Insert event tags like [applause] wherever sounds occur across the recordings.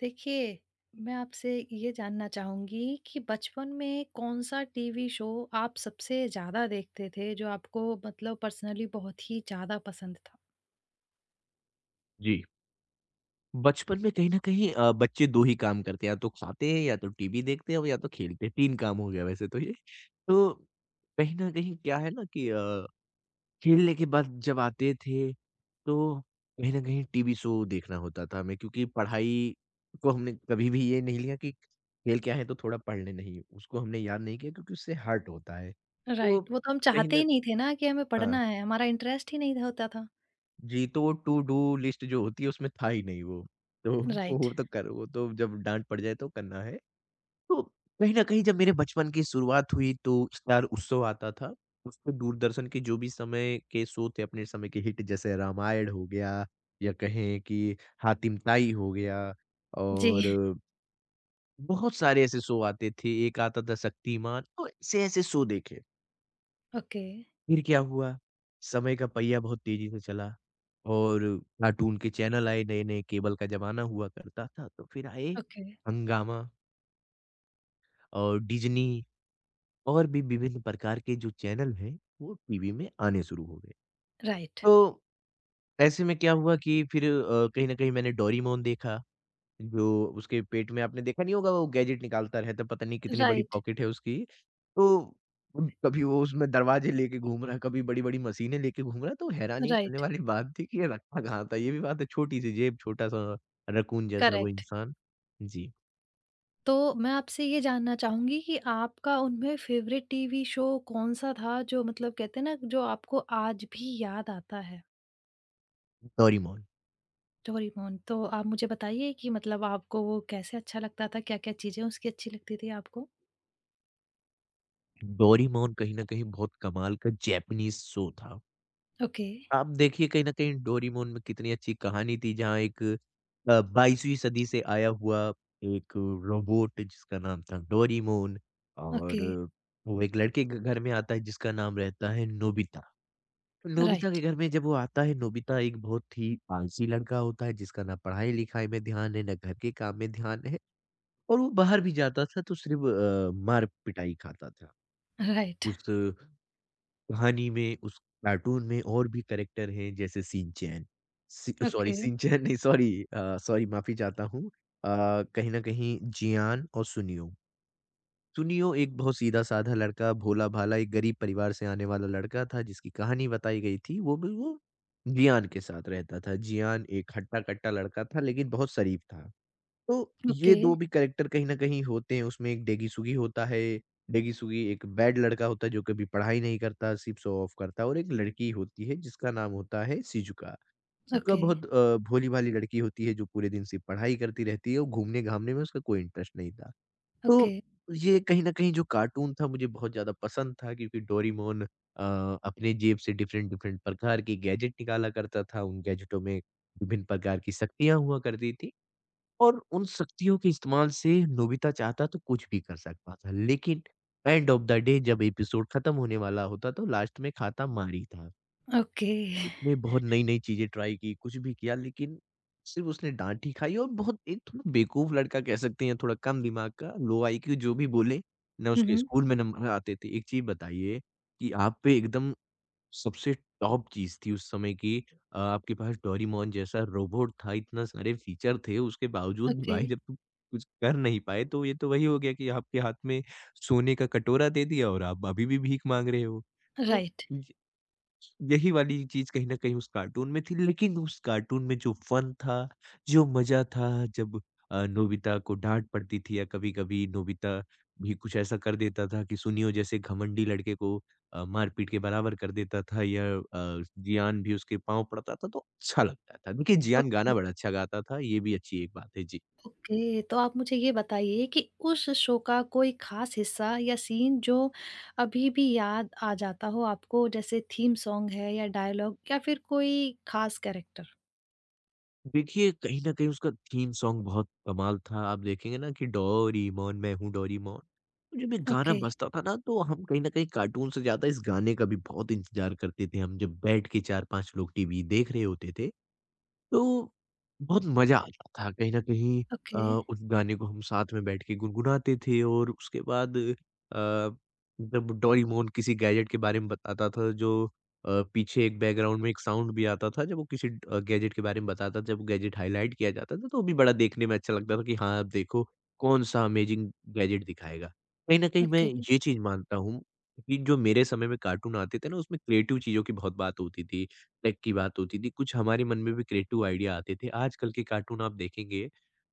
देखिए, मैं आपसे ये जानना चाहूँगी कि बचपन में कौन-सा टीवी शो आप सबसे ज़्यादा देखते थे, जो आपको मतलब पर्सनली बहुत ही ज़्यादा पसंद था? जी। बचपन में कहीं न कहीं बच्चे 2 ही काम करते हैं, या तो खाते हैं, या तो टीवी देखते हैं और या तो खेलते हैं, 3 काम हो गया वैसे तो ये। तो कहीं न कहीं क्या है ना कि खेलने के बाद जब आते थे, तो कहीं न कहीं टीवी शो देखना होता था हमें क्योंकि पढ़ाई को हमने कभी भी ये नहीं लिया कि खेल क्या है तो थोड़ा पढ़ लें, नहीं। उसको हमने याद नहीं किया क्योंकि उससे हर्ट होता है। तो राइट, वो तो हम कहीं चाहते न ही नहीं थे ना कि हमें हाँ। पढ़ना है, हमारा इंटरेस्ट ही नहीं था होता था। जी, तो वो टू डू लिस्ट जो होती है उसमें था ही नहीं वो। तो राइट। [laughs] वो तो जब डाँट पड़ जाए तो करना है। तो कहीं न कहीं जब मेरे बचपन की शुरुआत हुई तो स्टार उत्सव आता था। उसमें दूरदर्शन के जो भी समय के शो थे अपने समय के हिट जैसे रामायण हो गया या कहें कि हातिम ताई हो गया जी। और बहुत सारे ऐसे शो आते थे। एक आता था शक्तिमान तो ऐसे-ऐसे शो देखे। ओके। फिर क्या हुआ? समय का पहिया बहुत तेज़ी से चला और कार्टून के चैनल आए, नए-नए केबल का ज़माना हुआ करता था, तो फिर आए ओके। हंगामा और डिज्नी और भी विभिन्न प्रकार के जो चैनल हैं, वो टीवी में आने शुरू हो गए। राइट। तो ऐसे में क्या हुआ कि फिर कहीं न कहीं मैंने डोरेमोन देखा। जो उसके पेट में आपने देखा नहीं होगा वो गैजेट निकालता रहता है, पता नहीं कितनी बड़ी राइट। पॉकेट है उसकी। तो कभी वो उसमें दरवाज़े लेके घूम रहा है, कभी बड़ी-बड़ी मशीनें लेके घूम रहा है, तो हैरानी करने राइट। वाली बात थी कि ये रखा कहाँ था? ये भी बात है छोटी-सी जेब, छोटा-सा रकून जैसा वो करेक्ट। इंसान। जी, तो मैं आपसे ये जानना चाहूँगी कि आपका उनमें फ़ेवरेट टीवी शो कौन-सा था जो मतलब कहते हैं ना जो आपको आज भी याद आता है? डोरेमोन। डोरेमोन। तो आप मुझे बताइए कि मतलब आपको वो कैसे अच्छा लगता था? क्या-क्या चीज़ें उसकी अच्छी लगती थी आपको? डोरेमोन कहीं न कहीं बहुत कमाल का जैपनीज़ शो था। ओके। आप देखिए कहीं न कहीं डोरेमोन में कितनी अच्छी कहानी थी जहाँ एक 22वीं सदी से आया हुआ एक रोबोट जिसका नाम था डोरेमोन और ओके। वो एक लड़के के घर में आता है जिसका नाम रहता है नोबिता। तो नोबिता राइट। के घर में जब वो आता है नोबिता एक बहुत ही आलसी लड़का होता है जिसका ना पढ़ाई-लिखाई में ध्यान है, ना घर के काम में ध्यान है और वो बाहर भी जाता था तो सिर्फ़ मार-पिटाई खाता था। राइट। उस कहानी में, उस कार्टून में और भी कैरेक्टर हैं जैसे शिनचैन, शि सॉरी ओके। शिनचैन नहीं सॉरी सॉरी माफ़ी चाहता हूँ कहीं न कहीं जियान और सुनियो। सुनियो एक बहुत सीधा-साधा लड़का, भोला-भाला एक गरीब परिवार से आने वाला लड़का था जिसकी कहानी बताई गई थी, वो भी वो जियान के साथ रहता था। जियान एक हट्टा-कट्टा लड़का था लेकिन बहुत शरीफ था। तो ओके। ये 2 भी कैरेक्टर कहीं न कहीं होते हैं उसमें, एक डेगीसुगी होता है, डेगीसुगी एक बैड लड़का होता है जो कभी पढ़ाई नहीं करता, सिर्फ़ शो ऑफ करता है और एक लड़की होती है जिसका नाम होता है शिज़ुका। Shizuka okay. बहुत भोली-भाली लड़की होती है जो पूरे दिन सिर्फ़ पढ़ाई करती रहती है और घूमने-घामने में उसका कोई इंटरेस्ट नहीं था। तो ओके। ये कहीं न कहीं जो कार्टून था मुझे बहुत ज़्यादा पसंद था क्योंकि डोरेमोन अपने जेब से डिफरेंट-डिफरेंट प्रकार के गैजेट निकाला करता था, उन गैजेटों में विभिन्न प्रकार की शक्तियाँ हुआ करती थी। और उन शक्तियों के इस्तेमाल से नोबिता चाहता तो कुछ भी कर सकता था। लेकिन एंड ऑफ द डे जब एपिसोड खत्म होने वाला होता तो लास्ट में खाता मारी था। ओके। उसने बहुत नई-नई चीज़ें ट्राई की, कुछ भी किया लेकिन सिर्फ़ उसने डाँट ही खाई और बहुत एक थोड़ा बेवकूफ लड़का कह सकते हैं या थोड़ा कम दिमाग का, लो आईक्यू जो भी बोले, ना हुँ, उसके हुँ। स्कूल में नंबर आते थे। एक चीज़ बताइए कि आप पे एकदम सबसे टॉप चीज़ थी उस समय की आपके पास डोरेमोन जैसा रोबोट था, इतना सारे फ़ीचर थे, उसके बावजूद भी ओके। भाई जब तुम कुछ कर नहीं पाए, तो ये तो वही हो गया कि आपके हाथ में सोने का कटोरा दे दिया और आप अभी भी भीख माँग रहे हो। तो राइट। यही वाली चीज़ कहीं न कहीं उस कार्टून में थी, लेकिन उस कार्टून में जो फन था, जो मज़ा था जब नोबिता को डाँट पड़ती थी या कभी-कभी नोबिता भी कुछ ऐसा कर देता था कि सुनियो जैसे घमंडी लड़के को मार-पीट के बराबर कर देता था या जियान भी उसके पाँव पड़ता था, तो अच्छा लगता था। देखिए ओ जियान गाना बड़ा अच्छा गाता था, ये भी अच्छी एक बात है। जी। ओके। तो आप मुझे ये बताइए कि उस शो का कोई खास हिस्सा या सीन जो अभी भी याद आ जाता हो आपको जैसे थीम सॉन्ग है या डायलॉग या फिर कोई खास कैरेक्टर? देखिए, कहीं न कहीं उसका थीम सॉन्ग बहुत कमाल था। आप देखेंगे ना कि डोरेमोन, मैं हूँ डोरेमोन। तो जब ये गाना ओके। बजता था ना, तो हम कहीं न कहीं कार्टून से ज़्यादा इस गाने का भी बहुत इंतज़ार करते थे। हम जब बैठ के 4-5 लोग टीवी देख रहे होते थे, तो बहुत मज़ा आता था कहीं न कहीं अ, ओके। उस गाने को हम साथ में बैठ के गुनगुनाते थे और उसके बाद जब डोरेमोन किसी गैजेट के बारे में बताता था जो पीछे एक बैकग्राउंड में एक साउंड भी आता था जब वो किसी गैजेट के बारे में बताता था, जब गैजेट हाइलाइट किया जाता था तो वो भी बड़ा देखने में अच्छा लगता था कि हाँ, अब देखो कौन-सा अमेजिंग गैजेट दिखाएगा। कहीं न कहीं मैं ओके। ये चीज़ मानता हूँ कि जो मेरे समय में कार्टून आते थे ना उसमें क्रिएटिव चीज़ों की बहुत बात होती थी। टेक की बात होती थी, कुछ हमारे मन में भी क्रिएटिव आइडिया आते थे। आजकल के कार्टून आप देखेंगे,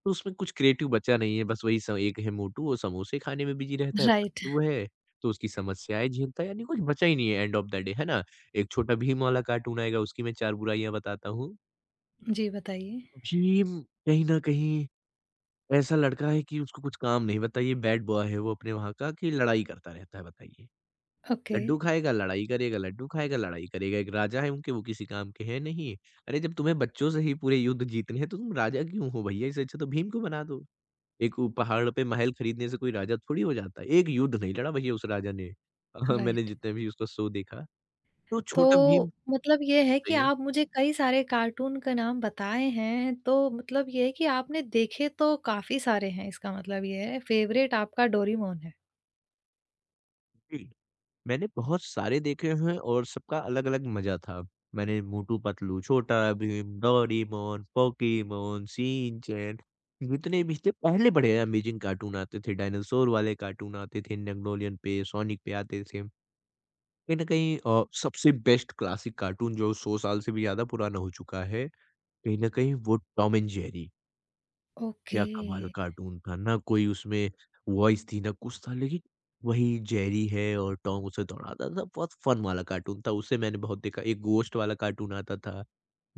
तो उसमें कुछ क्रिएटिव बचा नहीं है, बस वही स एक है मोटू, वो समोसे खाने में बिज़ी रहता [laughs] है, राइट। पतलू है, तो उसकी समस्याएँ झेलता है, यानी कुछ बचा ही नहीं है एंड ऑफ द डे, है ना? एक छोटा भीम वाला कार्टून आएगा, उसकी मैं 4 बुराइयाँ बताता हूँ। जी बताइए। भीम कहीं न कहीं ऐसा लड़का है कि उसको कुछ काम नहीं, बताइए बैड बॉय है वो अपने वहाँ का कि लड़ाई करता रहता है, बताइए। ओके। लड्डू खाएगा, लड़ाई करेगा, लड्डू खाएगा, लड़ाई करेगा। एक राजा है उनके, वो किसी काम के हैं नहीं। अरे जब तुम्हें बच्चों से ही पूरे युद्ध जीतने हैं तो तुम राजा क्यों हो भैया? इससे अच्छा तो भीम को बना दो। एक उ पहाड़ पे महल खरीदने से कोई राजा थोड़ी हो जाता है। एक युद्ध नहीं लड़ा भैया उस राजा ने। [laughs] मैंने राइट। जितने भी उसका शो देखा, तो तो छोटा भीम मतलब ये है कि सही है। आप मुझे कई सारे कार्टून का नाम बताए हैं, तो मतलब ये है कि आपने देखे तो काफ़ी सारे हैं, इसका मतलब ये है, फेवरेट आपका डोरेमोन है। जी। मैंने बहुत सारे देखे हैं और सबका अलग-अलग मज़ा था। मैंने मोटू पतलू, छोटा भीम, डोरेमोन, पोकेमोन, शिनचैन जितने भी थे पहले बड़े अमेजिंग कार्टून आते थे, डायनासोर वाले कार्टून आते थे, नेगलोलियन पे, सोनिक पे आते थे। कहीं न कहीं सबसे बेस्ट क्लासिक कार्टून जो 100 साल से भी ज़्यादा पुराना हो चुका है, कहीं न कहीं वो टॉम एंड जेरी। ओके। क्या कमाल कार्टून था, ना कोई उसमें वॉइस थी, ना कुछ था, लेकिन वही जेरी है और टॉम उसे दौड़ाता था, बहुत फन वाला कार्टून था, उसे मैंने बहुत देखा। एक गोश्त वाला कार्टून आता था,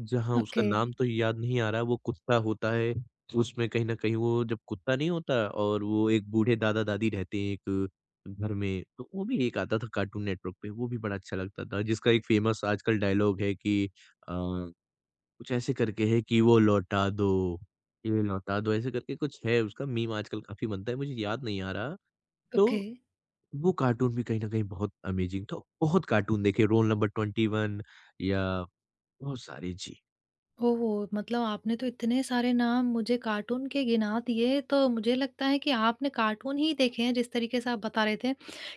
जहाँ उसका ओके। नाम तो याद नहीं आ रहा, वो कुत्ता होता है, उसमें कहीं न कहीं वो जब कुत्ता नहीं होता और वो एक बूढ़े दादा-दादी रहते हैं एक घर में, तो वो भी एक आता था कार्टून नेटवर्क पे, वो भी बड़ा अच्छा लगता था, जिसका एक फेमस आजकल डायलॉग है कि अ कुछ ऐसे करके है कि वो लौटा दो, ये लौटा दो ऐसे करके कुछ है उसका मीम आजकल काफ़ी बनता है, मुझे याद नहीं आ रहा। ओके। तो वो कार्टून भी कहीं न कहीं बहुत अमेज़िंग था, बहुत कार्टून देखे रोल नंबर 21 या बहुत सारे जी। ओह! मतलब आपने तो इतने सारे नाम मुझे कार्टून के गिना दिए, तो मुझे लगता है कि आपने कार्टून ही देखे हैं, जिस तरीके से आप बता रहे थे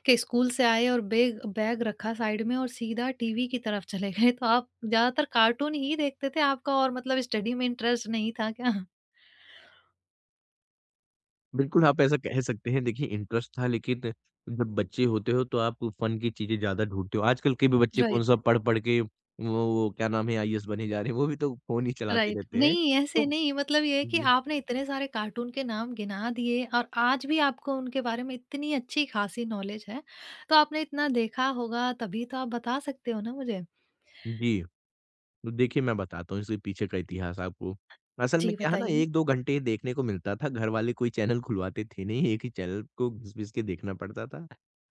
कि स्कूल से आए और बेग बैग रखा साइड में और सीधा टीवी की तरफ चले गए। तो आप ज़्यादातर कार्टून ही देखते थे, आपका और मतलब स्टडी में इंटरेस्ट नहीं था क्या? बिल्कुल आप ऐसा कह सकते हैं देखिए इंटरेस्ट था लेकिन जब बच्चे होते हो तो आप फन की चीज़ें ज़्यादा ढूँढते हो। आजकल के भी बच्चे राइट। कौन-सा पढ़-पढ़ के वो क्या नाम है आईएएस बने जा रहे हैं, वो भी तो फ़ोन ही चलाते राइट, रहते हैं। नहीं ऐसे तो नहीं, मतलब ये है कि जी, आपने इतने सारे कार्टून के नाम गिना दिए और आज भी आपको उनके बारे में इतनी अच्छी खासी नॉलेज है, तो आपने इतना देखा होगा तभी तो आप बता सकते हो ना मुझे। जी। तो देखिए, मैं बताता हूँ इसके पीछे का इतिहास आपको। असल में जी क्या है ना बताइए। 1-2 घंटे देखने को मिलता था, घरवाले कोई चैनल खुलवाते थे नहीं, एक ही चैनल को घिस-घिस के देखना पड़ता था।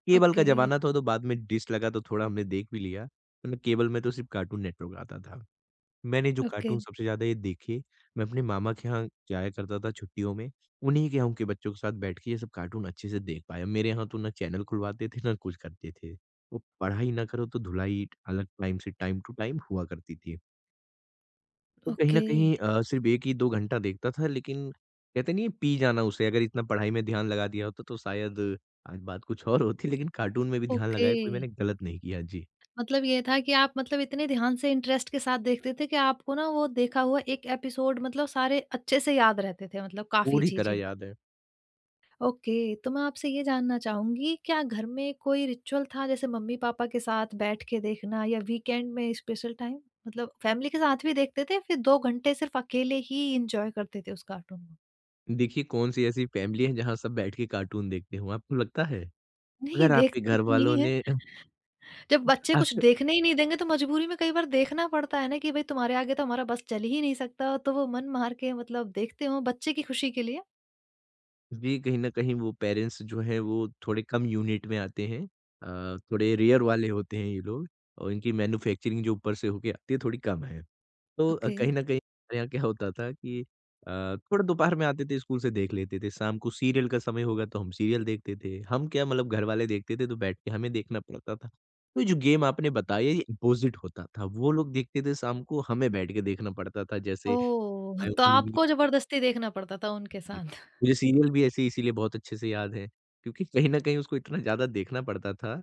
केबल का ओके। ज़माना था तो बाद में डिश लगा तो थोड़ा हमने देख भी लिया, वरना केबल में तो सिर्फ़ कार्टून नेटवर्क आता था। मैंने जो ओके। कार्टून सबसे ज़्यादा ये देखे, मैं अपने मामा के यहाँ जाया करता था छुट्टियों में, उन्हीं के यहाँ उनके बच्चों के साथ बैठ के ये सब कार्टून अच्छे से देख पाया। मेरे यहाँ तो ना चैनल खुलवाते थे, ना कुछ करते थे। वो पढ़ाई ना करो तो धुलाई अलग टाइम से टाइम टू टाइम हुआ करती थी। तो कहीं न ओके। कहीं सिर्फ़ 1 ही 2 घंटा देखता था लेकिन कहते नहीं है पी जाना उसे अगर इतना पढ़ाई में ध्यान लगा दिया होता तो शायद आज बात कुछ और होती लेकिन कार्टून में भी ध्यान ओके। लगाया कोई मैंने गलत नहीं किया। जी, मतलब ये था कि आप मतलब इतने ध्यान से इंटरेस्ट के साथ देखते थे कि आपको ना वो देखा हुआ एक एपिसोड मतलब सारे अच्छे से याद रहते थे, मतलब काफी पूरी तरह चीजें। याद है। ओके, तो मैं आपसे ये जानना चाहूँगी, क्या घर में कोई रिचुअल था जैसे मम्मी-पापा के साथ बैठ के देखना या वीकेंड में स्पेशल टाइम? मतलब फैमिली के साथ भी देखते थे, फिर 2 घंटे सिर्फ अकेले ही एन्जॉय करते थे उस कार्टून को? देखिए कौन-सी ऐसी फैमिली है जहाँ सब बैठ के कार्टून देखते हों, आपको लगता है? [laughs] नहीं, अगर आपके देखते तो घरवालों नहीं हैं। ने जब बच्चे कुछ [laughs] देखने ही नहीं देंगे तो मजबूरी में कई बार देखना पड़ता है ना कि भाई तुम्हारे आगे तो हमारा बस चल ही नहीं सकता, तो वो मन मार के मतलब देखते हो बच्चे की खुशी के लिए? जी, कहीं न कहीं वो पेरेंट्स जो हैं वो थोड़े कम यूनिट में आते हैं। थोड़े रेयर वाले होते हैं ये लोग और इनकी मैन्युफैक्चरिंग जो ऊपर से होके आती है थोड़ी कम है। तो ओके। कहीं न कहीं हमारे यहाँ क्या होता था कि अ, थोड़ा दोपहर में आते थे स्कूल से देख लेते थे, शाम को सीरियल का समय होगा तो हम सीरियल देखते थे। हम क्या मतलब घर वाले देखते थे तो बैठ के हमें देखना पड़ता था। तो जो गेम आपने बताई ये अपोज़िट होता था। वो लोग देखते थे शाम को, हमें बैठ के देखना पड़ता था जैसे। ओह! तो आपको ज़बरदस्ती देखना पड़ता था उनके जी। साथ। मुझे सीरियल भी ऐसे इसीलिए बहुत अच्छे से याद है, क्योंकि कहीं न कहीं उसको इतना ज़्यादा देखना पड़ता था,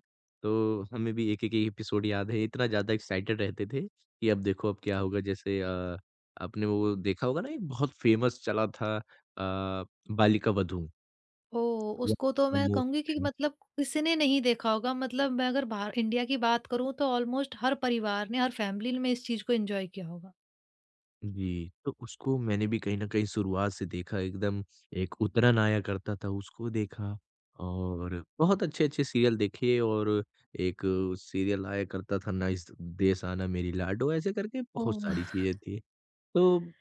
तो हमें भी एक-एक एपिसोड याद है, इतना ज़्यादा एक्साइटेड रहते थे कि अब देखो अब क्या होगा। जैसे आपने वो देखा होगा ना एक बहुत फ़ेमस चला था बालिका वधू। ओह! उसको तो वो मैं मोस्ट कहूँगी कि फ़ेमस। मतलब किसी ने नहीं देखा होगा, मतलब मैं अगर बाहर इंडिया की बात करूँ तो ऑलमोस्ट हर परिवार ने, हर फैमिली में इस चीज़ को एन्जॉय किया होगा। जी, तो उसको मैंने भी कहीं न कहीं शुरुआत से देखा एकदम। एक उतरन आया करता था उसको देखा और बहुत अच्छे-अच्छे सीरियल देखे और एक सीरियल आया करता था ना इस देश आना मेरी लाडो ऐसे करके बहुत सारी ओह! चीज़ें थी। तो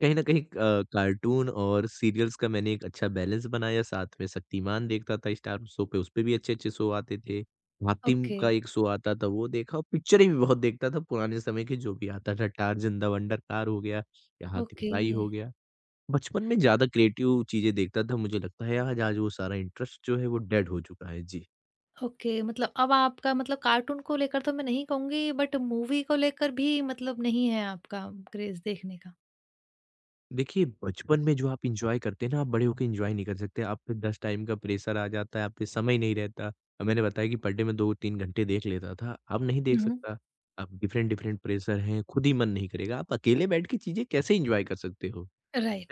कहीं न कहीं कार्टून और सीरियल्स का मैंने एक अच्छा बैलेंस बनाया, साथ में शक्तिमान देखता था स्टार शो पे, उसपे भी अच्छे-अच्छे शो आते थे। हातिम ओके। का एक शो आता था वो देखा और पिक्चरें भी बहुत देखता था, पुराने समय के जो भी आता था, टार्ज़न द वंडर कार हो गया या हातिम ओके। ताई हो गया। बचपन में ज़्यादा क्रिएटिव चीज़ें देखता था, मुझे लगता है आज आज वो सारा इंटरेस्ट जो है वो डेड हो चुका है। जी। ओके, मतलब अब आपका मतलब कार्टून को लेकर तो मैं नहीं कहूँगी, बट मूवी को लेकर भी मतलब नहीं है आपका क्रेज़ देखने का। देखिए, बचपन में जो आप एन्जॉय करते हैं ना, आप बड़े होके एन्जॉय नहीं कर सकते। आप पे 10 टाइम का प्रेशर आ जाता है, आप पे समय नहीं रहता। अब मैंने बताया कि पर डे मैं 2-3 घंटे देख लेता था, अब नहीं देख हुँ, हुँ। सकता। अब डिफरेंट-डिफरेंट प्रेशर हैं, खुद ही मन नहीं करेगा। आप अकेले बैठ के चीज़ें कैसे एन्जॉय कर सकते हो?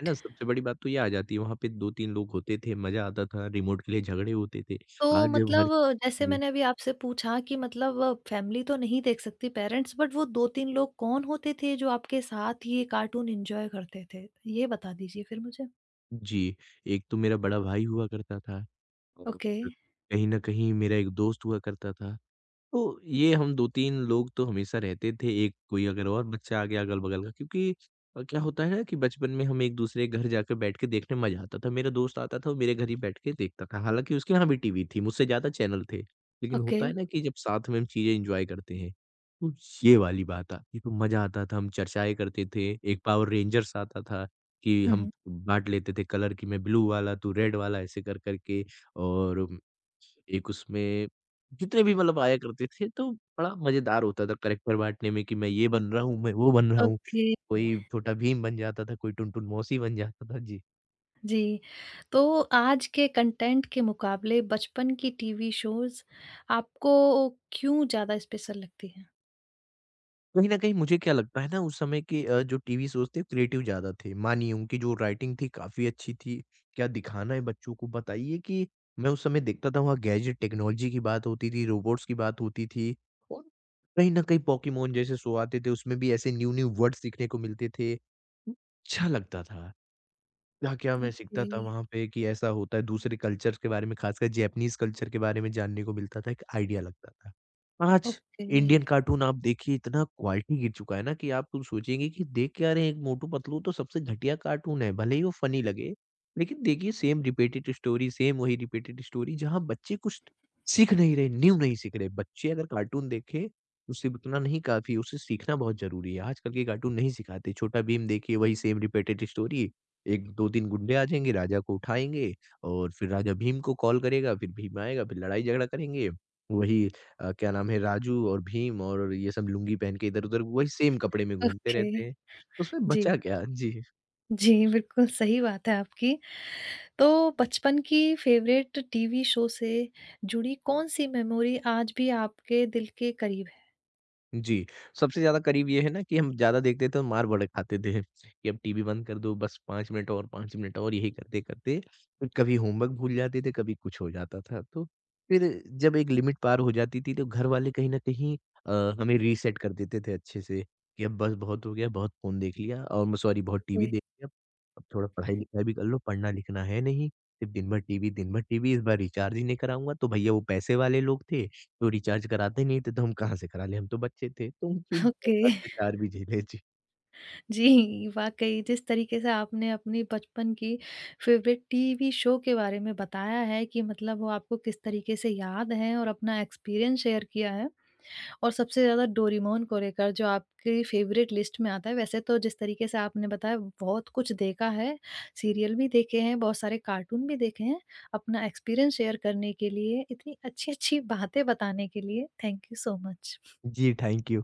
है ना? सबसे बड़ी बात तो ये आ जाती है, वहाँ पे 2-3 लोग होते थे, मज़ा आता था, रिमोट के लिए झगड़े होते थे। तो आज जब हर। मतलब जैसे जी, मैंने अभी आपसे पूछा कि मतलब फैमिली तो नहीं देख सकती पेरेंट्स, बट वो 2-3 लोग कौन होते थे जो आपके साथ ये कार्टून एन्जॉय करते थे? ये बता दीजिए फिर मुझे। जी। एक तो मेरा बड़ा भाई हुआ करता था और ओके। कहीं न कहीं मेरा एक दोस्त हुआ करता था। तो ये हम 2-3 लोग तो हमेशा रहते थे, एक कोई अगर और बच्चा आ गया अगल-बगल का क्योंकि क्या होता है ना कि बचपन में हम एक-दूसरे के घर जाकर बैठ के देखने मज़ा आता था। मेरा दोस्त आता था वो मेरे घर ही बैठ के देखता था। हालाँकि उसके यहाँ भी टीवी थी, मुझसे ज़्यादा चैनल थे। लेकिन ओके। होता है ना कि जब साथ में हम चीज़ें एन्जॉय करते हैं, तो ये वाली बात आती है, तो मज़ा आता था। हम चर्चाएँ करते थे, एक पावर रेंजर्स आता था कि हुँ, हम हुँ। बाँट लेते थे कलर कि मैं ब्लू वाला, तू रेड वाला ऐसे कर-कर के और एक उसमें जितने भी मतलब आया करते थे, तो बड़ा मज़ेदार होता था करैक्टर बाँटने में कि मैं ये बन रहा हूँ, मैं वो बन रहा हूँ। ओके। कोई छोटा भीम बन जाता था, कोई टुनटुन मौसी बन जाता था। जी। जी। तो आज के कंटेंट के मुकाबले बचपन की टीवी शोज़ आपको क्यों ज़्यादा स्पेशल लगती हैं? कहीं न कहीं मुझे क्या लगता है ना उस समय के जो टीवी शोज़ थे क्रिएटिव ज़्यादा थे। मानिए उनकी जो राइटिंग थी काफ़ी अच्छी थी। क्या दिखाना है बच्चों को बताइए कि मैं उस समय देखता था वहाँ गैजेट टेक्नोलॉजी की बात होती थी, रोबोट्स की बात होती थी और कहीं न कहीं पोकेमॉन जैसे शो आते थे उसमें भी ऐसे न्यू-न्यू वर्ड्स सीखने को मिलते थे। अच्छा लगता था। क्या-क्या मैं सीखता था ओके। वहाँ पे कि ऐसा होता है, दूसरे कल्चर्स के बारे में खासकर जैपनीज़ कल्चर के बारे में जानने को मिलता था, एक आइडिया लगता था। आज ओके। इंडियन कार्टून आप देखिए इतना क्वालिटी गिर चुका है ना कि आप कुछ सोचेंगे कि देख क्या रहे हैं, एक मोटू पतलू तो सबसे घटिया कार्टून है, भले ही वो फ़नी लगे। लेकिन देखिए सेम रिपीटेड स्टोरी, सेम वही रिपीटेड स्टोरी जहाँ बच्चे कुछ सीख नहीं रहे, न्यू नहीं सीख रहे। बच्चे अगर कार्टून देखें, उससे उतना नहीं काफ़ी, उससे सीखना बहुत ज़रूरी है। आजकल के कार्टून नहीं सिखाते, छोटा भीम देखिए वही सेम रिपीटेड स्टोरी। 1 2-3 गुंडे आ जाएँगे, राजा को उठाएँगे और फिर राजा भीम को कॉल करेगा, फिर भीम आएगा, फिर लड़ाई-झगड़ा करेंगे। वही क्या नाम है राजू और भीम और ये सब लुंगी पहन के इधर-उधर वही सेम कपड़े में घूमते ओके। रहते हैं। तो उसमें जी। बचा क्या? जी। जी, बिल्कुल सही बात है आपकी। तो बचपन की फ़ेवरेट टीवी शो से जुड़ी कौन-सी मेमोरी आज भी आपके दिल के करीब है? जी, सबसे ज़्यादा करीब ये है ना कि हम ज़्यादा देखते थे और मार बड़े खाते थे कि अब टीवी बंद कर दो बस 5 मिनट और 5 मिनट और यही करते-करते कभी होमवर्क भूल जाते थे, कभी कुछ हो जाता था। तो फिर जब एक लिमिट पार हो जाती थी तो घर वाले कहीं न कहीं अ, हमें रीसेट कर देते थे अच्छे से कि अब बस बहुत हो गया, बहुत फ़ोन देख लिया और सॉरी बहुत ओके। टीवी देख लिया, अब थोड़ा पढ़ाई-लिखाई भी कर लो, पढ़ना लिखना है नहीं, सिर्फ़ दिन भर टीवी, इस बार रिचार्ज ही नहीं कराऊँगा। तो भैया वो पैसे वाले लोग थे तो रिचार्ज कराते नहीं थे, तो हम कहाँ से करा लें, हम तो बच्चे थे। तो उनकी ओके। बहुत [laughs] अत्याचार भी झेले। जी, जी, वाक़ई जिस तरीके से आपने अपनी बचपन की फ़ेवरेट टीवी शो के बारे में बताया है कि मतलब वो आपको किस तरीके से याद है और अपना एक्सपीरियंस शेयर किया है। और सबसे ज़्यादा डोरेमोन को लेकर जो आपकी फ़ेवरेट लिस्ट में आता है, वैसे तो जिस तरीके से आपने बताया बहुत कुछ देखा है, सीरियल भी देखे हैं, बहुत सारे कार्टून भी देखे हैं। अपना एक्सपीरियंस शेयर करने के लिए, इतनी अच्छी-अच्छी बातें बताने के लिए, थैंक यू सो मच। जी, थैंक यू।